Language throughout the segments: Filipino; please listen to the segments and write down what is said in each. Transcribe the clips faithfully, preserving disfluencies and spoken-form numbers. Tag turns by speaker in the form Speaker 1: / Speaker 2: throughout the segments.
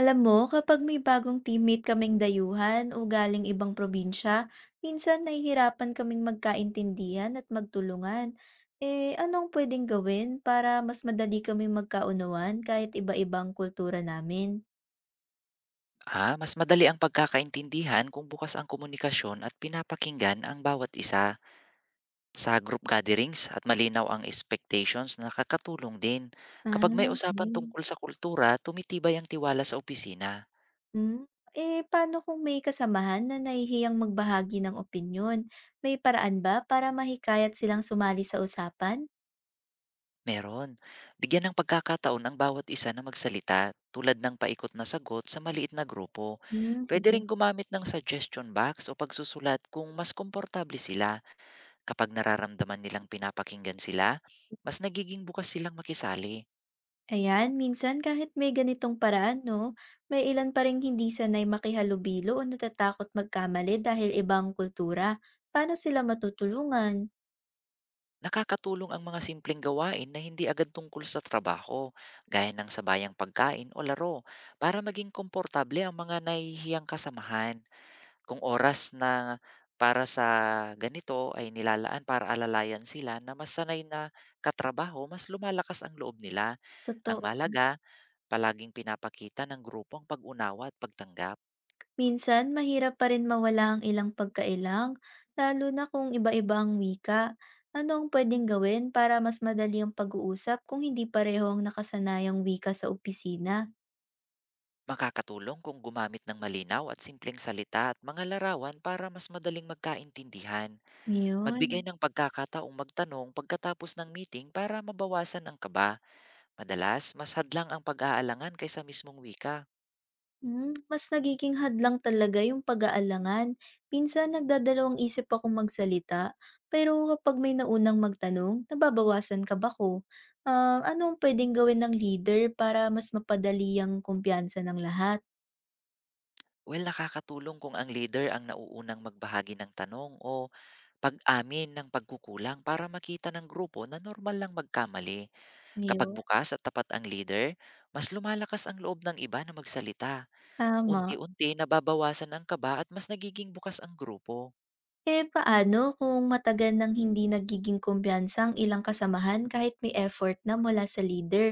Speaker 1: Alam mo, kapag may bagong teammate kaming dayuhan o galing ibang probinsya, minsan nahihirapan kaming magkaintindihan at magtulungan. Eh, anong pwedeng gawin para mas madali kaming magkaunawan kahit iba-ibang kultura namin?
Speaker 2: Ah, mas madali ang pagkakaintindihan kung bukas ang komunikasyon at pinapakinggan ang bawat isa sa group gatherings at malinaw ang expectations na kakatulong din.
Speaker 1: Ah,
Speaker 2: Kapag may usapan
Speaker 1: okay.
Speaker 2: tungkol sa kultura, tumitibay ang tiwala sa opisina.
Speaker 1: Hmm? Eh, paano kung may kasamahan na nahihiyang magbahagi ng opinyon? May paraan ba para mahikayat silang sumali sa usapan?
Speaker 2: Meron. Bigyan ng pagkakataon ang bawat isa na magsalita tulad ng paikot na sagot sa maliit na grupo.
Speaker 1: Hmm,
Speaker 2: Pwede
Speaker 1: sige.
Speaker 2: rin gumamit ng suggestion box o pagsusulat kung mas komportable sila kapag nararamdaman nilang pinapakinggan sila, mas nagiging bukas silang makisali.
Speaker 1: Ayan, minsan kahit may ganitong paraan, no, may ilan pa rin hindi sanay makihalubilo o natatakot magkamali dahil ibang kultura. Paano sila matutulungan?
Speaker 2: Nakakatulong ang mga simpleng gawain na hindi agad tungkol sa trabaho, gaya ng sabayang pagkain o laro, para maging komportable ang mga nahihiyang kasamahan. Kung oras na para sa ganito ay nilalaan para alalayan sila na mas sanay na katrabaho, mas lumalakas ang loob nila. Ang
Speaker 1: Totoo.
Speaker 2: malaga, palaging pinapakita ng grupo ang pag-unawa at pagtanggap.
Speaker 1: Minsan, mahirap pa rin mawala ang ilang pagkailang, lalo na kung iba-iba ang wika. Ano ang pwedeng gawin para mas madali ang pag-uusap kung hindi pareho ang nakasanayang wika sa opisina?
Speaker 2: Makakatulong kung gumamit ng malinaw at simpleng salita at mga larawan para mas madaling magkaintindihan. Magbigay
Speaker 1: Yun.
Speaker 2: ng pagkakataong magtanong pagkatapos ng meeting para mabawasan ang kaba. Madalas, mas hadlang ang pag-aalangan kaysa mismong wika.
Speaker 1: Hmm, mas nagiging hadlang talaga yung pag-aalangan. Minsan nagdadalawang isip akong magsalita, pero kapag may naunang magtanong, nababawasan ka ba ko? Ah, ano ang pwedeng gawin ng leader para mas mapadali ang kumpiyansa ng lahat?
Speaker 2: Well, nakakatulong kung ang leader ang nauunang magbahagi ng tanong o pag-amin ng pagkukulang para makita ng grupo na normal lang magkamali. Kapag
Speaker 1: Yun,
Speaker 2: bukas at tapat ang leader, mas lumalakas ang loob ng iba na magsalita.
Speaker 1: tama.
Speaker 2: Unti-unti nababawasan ang kaba at mas nagiging bukas ang grupo.
Speaker 1: Eh paano kung matagal nang hindi nagiging kumpiyansa ang ilang kasamahan kahit may effort na mula sa leader?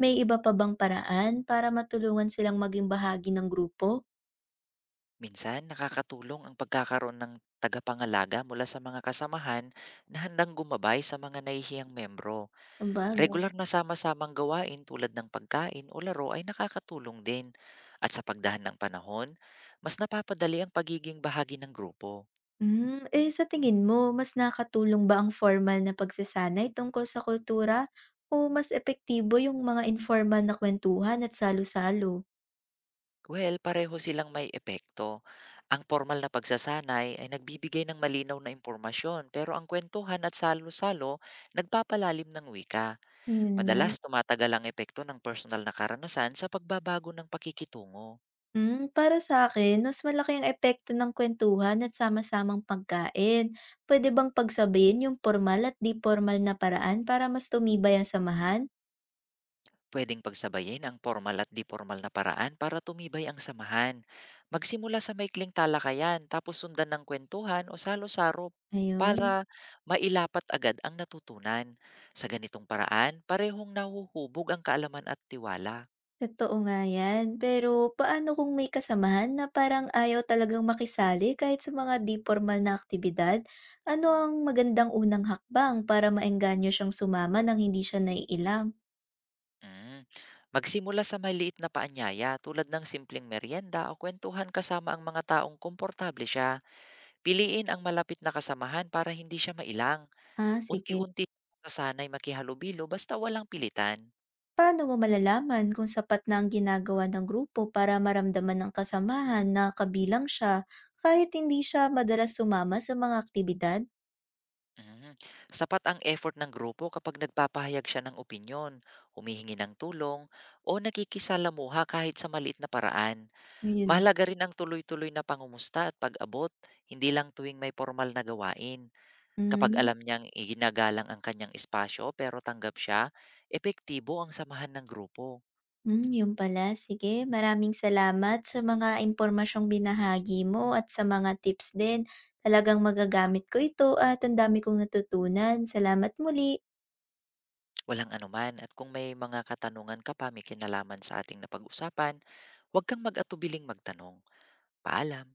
Speaker 1: May iba pa bang paraan para matulungan silang maging bahagi ng grupo?
Speaker 2: Minsan, nakakatulong ang pagkakaroon ng tagapangalaga mula sa mga kasamahan na handang gumabay sa mga nahihiyang membro.
Speaker 1: Kumbaga.
Speaker 2: Regular na sama-samang gawain tulad ng pagkain o laro ay nakakatulong din. At sa pagdahan ng panahon, mas napapadali ang pagiging bahagi ng grupo.
Speaker 1: Hmm, eh, sa tingin mo mas nakatulong ba ang formal na pagsasanay tungkol sa kultura o mas epektibo yung mga informal na kwentuhan at salo-salo?
Speaker 2: Well, pareho silang may epekto. Ang formal na pagsasanay ay nagbibigay ng malinaw na impormasyon pero ang kwentuhan at salo-salo nagpapalalim ng wika.
Speaker 1: Yun nga.
Speaker 2: Madalas tumatagal ang epekto ng personal na karanasan sa pagbabago ng pakikitungo.
Speaker 1: Hmm, para sa akin, mas malaki ang epekto ng kwentuhan at sama-samang pagkain. Pwede bang pagsabayin yung formal at di formal na paraan para mas tumibay ang samahan?
Speaker 2: Pwedeng pagsabayin ang formal at di-formal na paraan para tumibay ang samahan. Magsimula sa maikling talakayan tapos sundan ng kwentuhan o salo-saro
Speaker 1: Ayun.
Speaker 2: para mailapat agad ang natutunan. Sa ganitong paraan, parehong nahuhubog ang kaalaman at tiwala.
Speaker 1: Totoo nga yan. Pero paano kung may kasamahan na parang ayaw talagang makisali kahit sa mga di formal na aktibidad? Ano ang magandang unang hakbang para maengganyo siyang sumama nang hindi siya naiilang?
Speaker 2: Mm. Magsimula sa maliit na paanyaya tulad ng simpleng merienda o kwentuhan kasama ang mga taong komportable siya. Piliin ang malapit na kasamahan para hindi siya mailang.
Speaker 1: Ah, sige.
Speaker 2: Unti-unti sasanay makihalubilo basta walang pilitan.
Speaker 1: Paano mo malalaman kung sapat na ang ginagawa ng grupo para maramdaman ng kasamahan na kabilang siya kahit hindi siya madalas sumama sa mga aktibidad?
Speaker 2: Mhm. Sapat ang effort ng grupo kapag nagpapahayag siya ng opinyon, humihingi ng tulong, o nakikisalamuha kahit sa maliit na paraan.
Speaker 1: Ngayon.
Speaker 2: Mahalaga rin ang tuloy-tuloy na pangumusta at pag-abot, hindi lang tuwing may formal na gawain. Kapag alam niyang iginagalang ang kanyang espasyo pero tanggap siya, epektibo ang samahan ng grupo.
Speaker 1: Hmm, yun pala, sige. Maraming salamat sa mga impormasyong binahagi mo at sa mga tips din. Talagang magagamit ko ito at ang dami kong natutunan. Salamat muli.
Speaker 2: Walang anuman, at kung may mga katanungan ka pa may kinalaman sa ating napag-usapan, huwag kang mag-atubiling magtanong. Paalam!